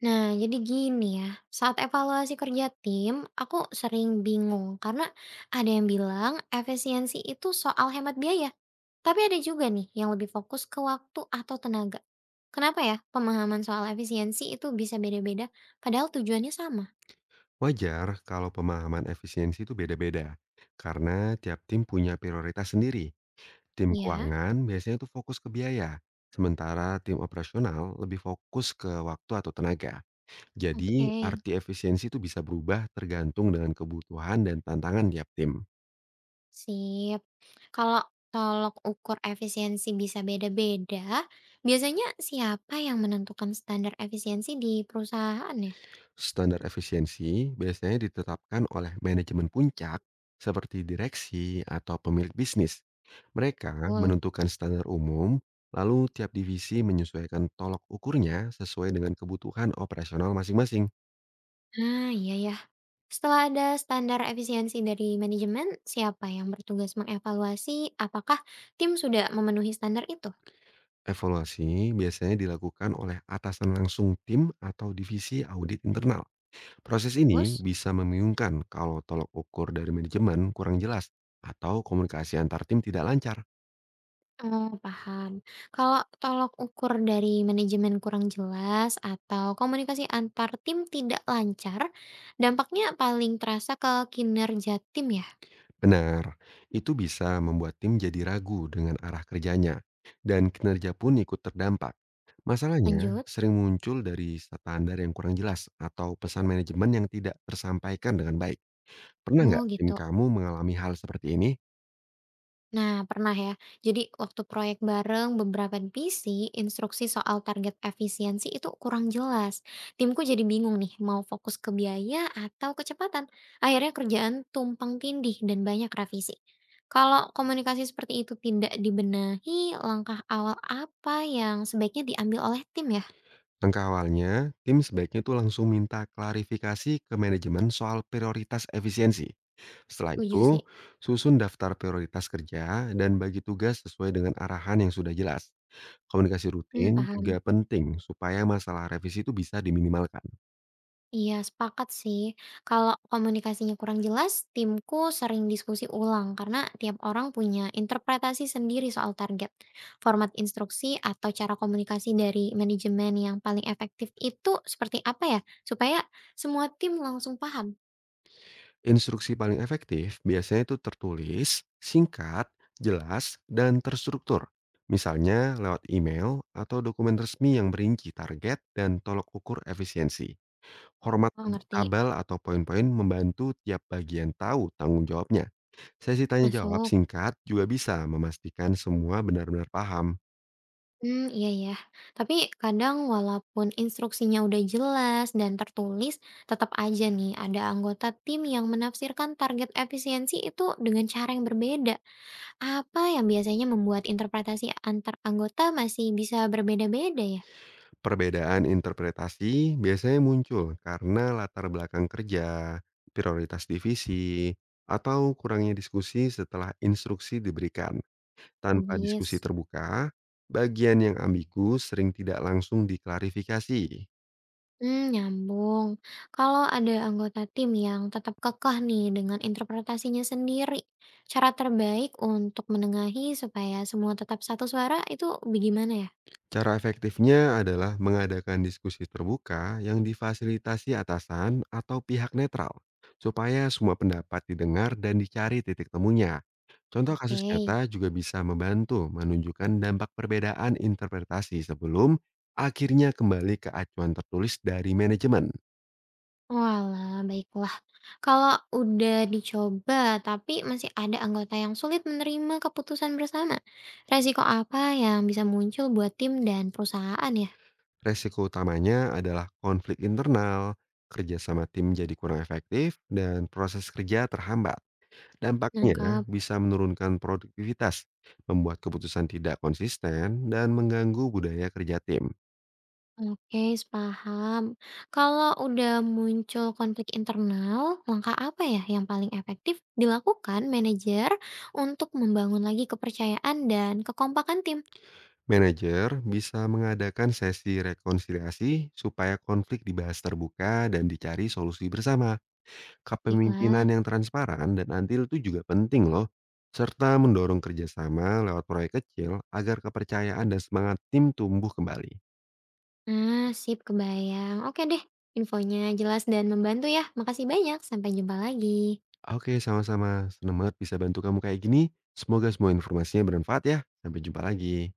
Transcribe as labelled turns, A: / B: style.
A: Nah, jadi gini ya, saat evaluasi kerja tim, aku sering bingung karena ada yang bilang efisiensi itu soal hemat biaya. Tapi ada juga nih yang lebih fokus ke waktu atau tenaga. Kenapa ya pemahaman soal efisiensi itu bisa beda-beda padahal tujuannya sama?
B: Wajar kalau pemahaman efisiensi itu beda-beda, karena tiap tim punya prioritas sendiri. Tim
A: Ya,
B: keuangan biasanya tuh fokus ke biaya, sementara tim operasional lebih fokus ke waktu atau tenaga.
A: oke.
B: Jadi, arti efisiensi itu bisa berubah tergantung dengan kebutuhan dan tantangan tiap tim.
A: Sip. Kalau tolok ukur efisiensi bisa beda-beda, biasanya siapa yang menentukan standar efisiensi di perusahaan ya?
B: Standar efisiensi biasanya ditetapkan oleh manajemen puncak seperti direksi atau pemilik bisnis. Mereka
A: Betul.
B: menentukan standar umum, lalu tiap divisi menyesuaikan tolok ukurnya sesuai dengan kebutuhan operasional masing-masing.
A: Ah, iya ya. Setelah ada standar efisiensi dari manajemen, siapa yang bertugas mengevaluasi apakah tim sudah memenuhi standar itu?
B: Evaluasi biasanya dilakukan oleh atasan langsung tim atau divisi audit internal. Proses ini
A: Terus,
B: bisa membingungkan kalau tolok ukur dari manajemen kurang jelas atau komunikasi antar tim tidak lancar.
A: oh, paham. Kalau tolok ukur dari manajemen kurang jelas atau komunikasi antar tim tidak lancar, dampaknya paling terasa ke kinerja tim ya?
B: Benar, itu bisa membuat tim jadi ragu dengan arah kerjanya, dan kinerja pun ikut terdampak. Masalahnya
A: Lanjut.
B: sering muncul dari standar yang kurang jelas atau pesan manajemen yang tidak tersampaikan dengan baik. Pernah nggak
A: Oh,
B: tim
A: gitu.
B: kamu mengalami hal seperti ini?
A: Nah, pernah ya. Jadi waktu proyek bareng beberapa divisi, instruksi soal target efisiensi itu kurang jelas. Timku jadi bingung nih, mau fokus ke biaya atau kecepatan. Akhirnya kerjaan tumpang tindih dan banyak revisi. Kalau komunikasi seperti itu tidak dibenahi, langkah awal apa yang sebaiknya diambil oleh tim ya?
B: Langkah awalnya, tim sebaiknya tuh langsung minta klarifikasi ke manajemen soal prioritas efisiensi. Setelah
A: Setuju
B: itu,
A: sih.
B: susun daftar prioritas kerja dan bagi tugas sesuai dengan arahan yang sudah jelas. Komunikasi
A: Hmm,
B: rutin
A: paham.
B: juga penting supaya masalah revisi itu bisa diminimalkan.
A: Iya, sepakat sih. Kalau komunikasinya kurang jelas, timku sering diskusi ulang karena tiap orang punya interpretasi sendiri soal target. Format instruksi atau cara komunikasi dari manajemen yang paling efektif itu seperti apa ya? Supaya semua tim langsung paham.
B: Instruksi paling efektif biasanya itu tertulis, singkat, jelas, dan terstruktur. Misalnya lewat email atau dokumen resmi yang merinci target dan tolok ukur efisiensi. Hormat
A: Oh, ngerti.
B: tabel atau poin-poin membantu tiap bagian tahu tanggung jawabnya. Sesi tanya jawab
A: Masuk.
B: singkat juga bisa memastikan semua benar-benar paham.
A: Hmm, iya ya. Tapi kadang walaupun instruksinya udah jelas dan tertulis, tetap aja nih ada anggota tim yang menafsirkan target efisiensi itu dengan cara yang berbeda. Apa yang biasanya membuat interpretasi antar anggota masih bisa berbeda-beda ya?
B: Perbedaan interpretasi biasanya muncul karena latar belakang kerja, prioritas divisi, atau kurangnya diskusi setelah instruksi diberikan. Tanpa
A: Logis.
B: diskusi terbuka, bagian yang ambigu sering tidak langsung diklarifikasi.
A: Hmm, nyambung. Kalau ada anggota tim yang tetap kekeh nih dengan interpretasinya sendiri, cara terbaik untuk menengahi supaya semua tetap satu suara itu bagaimana ya?
B: Cara efektifnya adalah mengadakan diskusi terbuka yang difasilitasi atasan atau pihak netral, supaya semua pendapat didengar dan dicari titik temunya. Contoh kasus nyata
A: Oke.
B: juga bisa membantu menunjukkan dampak perbedaan interpretasi sebelum akhirnya kembali ke acuan tertulis dari manajemen.
A: Walah, baiklah. Kalau udah dicoba tapi masih ada anggota yang sulit menerima keputusan bersama, resiko apa yang bisa muncul buat tim dan perusahaan ya?
B: Resiko utamanya adalah konflik internal, kerjasama tim jadi kurang efektif, dan proses kerja terhambat. Dampaknya
A: Nangkep,
B: bisa menurunkan produktivitas, membuat keputusan tidak konsisten, dan mengganggu budaya kerja tim.
A: oke, paham. Kalau udah muncul konflik internal, langkah apa ya yang paling efektif dilakukan manajer untuk membangun lagi kepercayaan dan kekompakan tim?
B: Manajer bisa mengadakan sesi rekonsiliasi supaya konflik dibahas terbuka dan dicari solusi bersama. Kepemimpinan
A: Baiklah.
B: yang transparan dan adil itu juga penting loh, serta mendorong kerjasama lewat proyek kecil agar kepercayaan dan semangat tim tumbuh kembali.
A: Nah, sip kebayang. Oke deh, infonya jelas dan membantu ya. Makasih banyak, sampai jumpa lagi.
B: Oke, sama-sama. Senang banget bisa bantu kamu kayak gini. Semoga semua informasinya bermanfaat ya. Sampai jumpa lagi.